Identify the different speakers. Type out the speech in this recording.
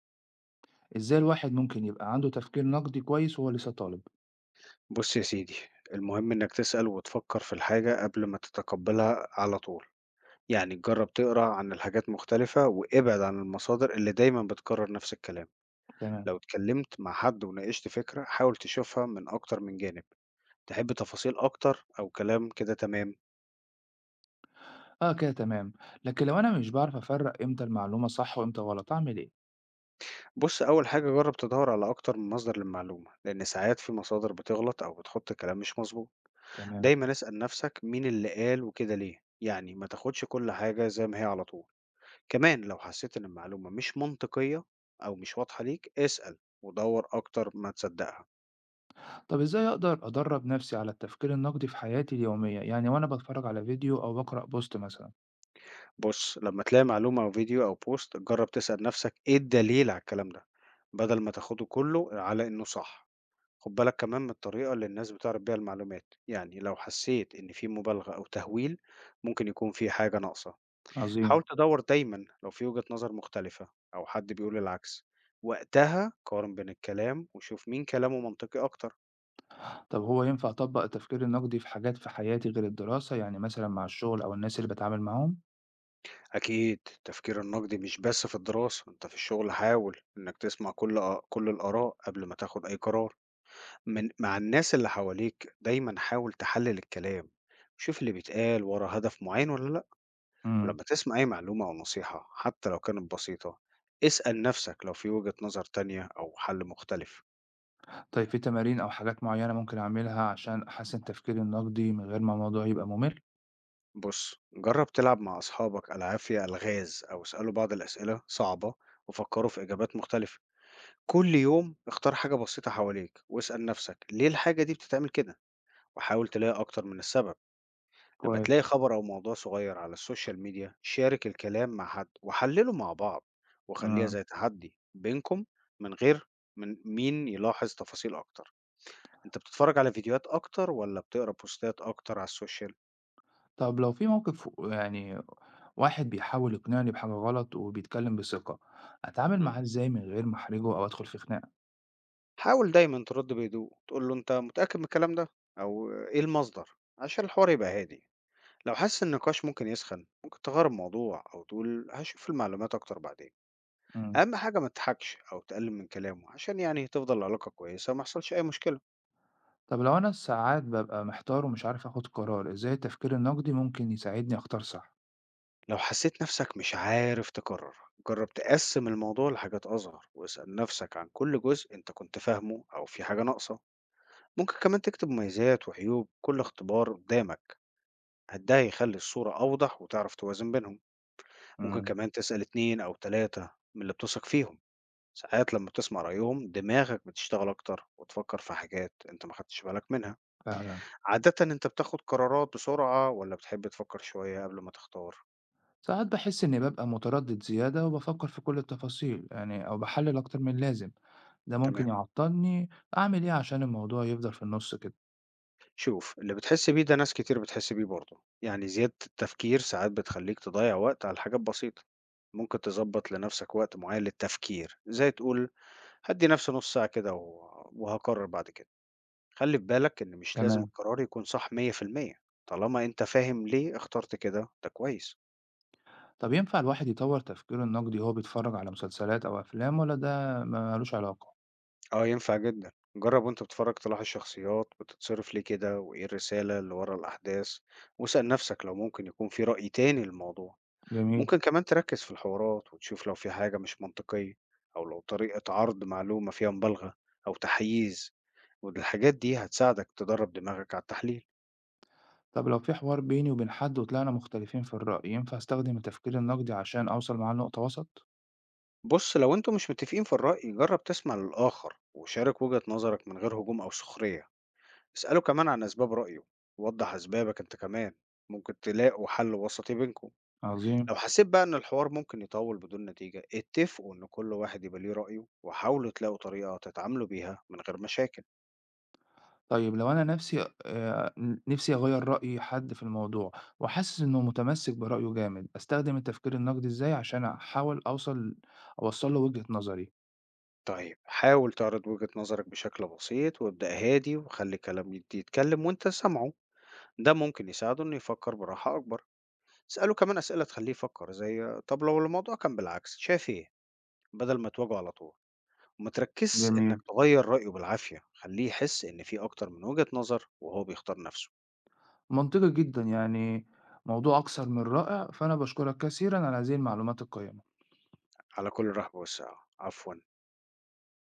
Speaker 1: إزاي الواحد ممكن يبقى عنده تفكير نقدي كويس وهو لسه طالب؟
Speaker 2: بُص يا سيدي، المهم إنك تسأل وتفكّر في الحاجة قبل ما تتقبّلها على طول، يعني جرّب تقرا عن الحاجات مختلفة وابعد عن المصادر اللي دايمًا بتكرّر نفس الكلام،
Speaker 1: تمام،
Speaker 2: لو اتكلّمت مع حد وناقشت فكرة حاول تشوفها من أكتر من جانب، تحب تفاصيل أكتر أو كلام كده تمام؟
Speaker 1: آه كده تمام، لكن لو أنا مش بعرف أفرق إمتى المعلومة صح وإمتى غلط أعمل إيه؟
Speaker 2: بُص أول حاجة جرّب تدوّر على أكتر من مصدر للمعلومة، لإن ساعات في مصادر بتغلط أو بتحط كلام مش مضبوط،
Speaker 1: تمام،
Speaker 2: دايمًا اسأل نفسك مين اللي قال وكده ليه، يعني ما تاخدش كل حاجة زي ما هي على طول. كمان لو حسيت إن المعلومة مش منطقية أو مش واضحة ليك اسأل ودور أكتر ما تصدقها.
Speaker 1: طب إزاي أقدر أدرب نفسي على التفكير النقدي في حياتي اليومية؟ يعني وأنا بتفرج على فيديو أو بقرأ بوست مثلا،
Speaker 2: بص لما تلاقي معلومة أو فيديو أو بوست جرب تسأل نفسك إيه الدليل على الكلام ده بدل ما تاخده كله على إنه صح. خد بالك كمان من الطريقة اللي الناس بتعرف بيها المعلومات، يعني لو حسيت إن في مبالغة أو تهويل ممكن يكون في حاجة ناقصة. حاول
Speaker 1: عظيم،
Speaker 2: تدور دايما لو في وجهة نظر مختلفة أو حد بيقول العكس، وقتها قارن بين الكلام وشوف مين كلامه منطقي أكتر.
Speaker 1: طب هو ينفع أطبق التفكير النقدي في حاجات في حياتي غير الدراسة يعني مثلا مع الشغل أو الناس اللي بتعامل معاهم؟
Speaker 2: أكيد التفكير النقدي مش بس في الدراسة، أنت في الشغل حاول إنك تسمع كل الآراء قبل ما تاخد أي قرار. مع الناس اللي حواليك دايما حاول تحلل الكلام، شوف اللي بيتقال ورا هدف معين ولا لأ.
Speaker 1: امم.
Speaker 2: ولما تسمع أي معلومة أو نصيحة حتى لو كانت بسيطة، اسأل نفسك لو في وجهة نظر تانية أو حل مختلف.
Speaker 1: طيب في تمارين أو حاجات معينة ممكن أعملها عشان أحسن تفكيري النقدي من غير ما الموضوع يبقى ممل؟
Speaker 2: بص جرب تلعب مع أصحابك ألعاب فيها ألغاز أو اسألوا بعض الأسئلة صعبة وفكروا في إجابات مختلفة. كل يوم اختار حاجة بسيطة حواليك واسأل نفسك ليه الحاجة دي بتتعمل كده، وحاول تلاقي أكتر من السبب. لما تلاقي
Speaker 1: كويس،
Speaker 2: خبر أو موضوع صغير على السوشيال ميديا شارك الكلام مع حد وحلله مع بعض، وخليها
Speaker 1: امم.
Speaker 2: زي تحدي بينكم، من غير من مين يلاحظ تفاصيل أكتر. أنت بتتفرج على فيديوهات أكتر ولا بتقرأ بوستات أكتر على السوشيال؟
Speaker 1: طب لو في موقف يعني واحد بيحاول يقنعني بحاجة غلط وبيتكلم بثقة، أتعامل
Speaker 2: مم.
Speaker 1: معاه إزاي من غير ما أحرجه أو أدخل في خناقة؟
Speaker 2: حاول دايما ترد بهدوء تقول له أنت متأكد من الكلام ده أو إيه المصدر عشان الحوار يبقى هادي. لو حاسس إن النقاش ممكن يسخن ممكن تغير الموضوع أو تقول هشوف المعلومات أكتر بعدين.
Speaker 1: إمم.
Speaker 2: أهم حاجة ما تضحكش أو تقلل من كلامه عشان يعني تفضل العلاقة كويسة وما يحصلش أي مشكلة.
Speaker 1: طب لو أنا ساعات بابقى محتار ومش عارف آخد قرار، إزاي التفكير النقدي ممكن يساعدني أختار صح؟
Speaker 2: لو حسيت نفسك مش عارف تقرر جرب تقسم الموضوع لحاجات أصغر واسأل نفسك عن كل جزء أنت كنت فاهمه أو في حاجة ناقصة. ممكن كمان تكتب مميزات وعيوب كل اختبار قدامك، ده هيخلي الصورة أوضح وتعرف توازن بينهم. ممكن
Speaker 1: إمم.
Speaker 2: كمان تسأل اتنين أو تلاتة من اللي بتثق فيهم، ساعات لما بتسمع رأيهم دماغك بتشتغل أكتر وتفكر في حاجات أنت ما خدتش بالك منها.
Speaker 1: فعلًا.
Speaker 2: عادة أنت بتاخد قرارات بسرعة ولا بتحب تفكر شوية قبل ما تختار؟
Speaker 1: ساعات باحس إني بابقى متردد زيادة وبافكر في كل التفاصيل يعني أو باحلل أكتر من اللازم، ده
Speaker 2: تمام.
Speaker 1: ممكن يعطلني، أعمل إيه عشان الموضوع يفضل في النُص كده؟
Speaker 2: شوف اللي بتحس بيه ده ناس كتير بتحس بيه برضه، يعني زيادة التفكير ساعات بتخليك تضيع وقت على حاجات بسيطة. ممكن تظبط لنفسك وقت معين للتفكير، زي تقول هدي نفسي نص ساعة كده وهقرر بعد كده. خلي في بالك إن مش لازم
Speaker 1: تمام.
Speaker 2: القرار يكون صح 100%، طالما أنت فاهم ليه اخترت كده ده كويس.
Speaker 1: طب ينفع الواحد يطور تفكيره النقدي وهو بيتفرج على مسلسلات أو أفلام ولا ده ملوش علاقة؟
Speaker 2: آه، ينفع جدًا. جرّب وأنت بتتفرّج تلاحظ شخصيات بتتصرف ليه كده، وإيه الرسالة اللي ورا الأحداث، واسأل نفسك لو ممكن يكون في رأي تاني للموضوع.
Speaker 1: جميل.
Speaker 2: ممكن كمان تركّز في الحوارات وتشوف لو في حاجة مش منطقية، أو لو طريقة عرض معلومة فيها مبالغة أو تحييز، والحاجات دي هتساعدك تدرّب دماغك على التحليل.
Speaker 1: طب لو في حوار بيني وبين حد وطلعنا مختلفين في الرأي ينفع استخدم التفكير النقدي عشان أوصل معاه لنقطة وسط؟
Speaker 2: بُص، لو أنتم مش متفقين في الرأي، جرّب تسمع للآخر وشارك وجهة نظرك من غير هجوم أو سخرية. اسأله كمان عن أسباب رأيه ووضح أسبابك أنت كمان، ممكن تلاقوا حل وسطي بينكم.
Speaker 1: عظيم.
Speaker 2: لو حسيت بقى إن الحوار ممكن يطول بدون نتيجة اتفقوا إن كل واحد يبقى ليه رأيه وحاولوا تلاقوا طريقة تتعاملوا بيها من غير مشاكل.
Speaker 1: طيب لو أنا نفسي نفسي أغير رأي حد في الموضوع وحاسس إنه متمسك برأيه جامد أستخدم التفكير النقدي إزاي عشان أحاول أوصل له وجهة نظري؟
Speaker 2: طيب حاول تعرض وجهة نظرك بشكل بسيط وابدأ هادي وخلي كلام يدي يتكلم وانت سامعه، ده ممكن يساعده انه يفكر براحة اكبر. اسأله كمان اسئلة تخليه يفكر، زي طب لو الموضوع كان بالعكس شايف ايه، بدل ما تواجهه على طول. وما تركزش
Speaker 1: جميل،
Speaker 2: إنك تغيّر رأيه بالعافية، خلّيه يحس إن في أكتر من وجهة نظر وهو بيختار نَفْسه.
Speaker 1: منطقي جدا يعني. موضوع أكثر من رائع، فأنا بشكرك كثيرا على هذه المعلومات القيمة.
Speaker 2: على كل الرحب والسعة، عفوًا.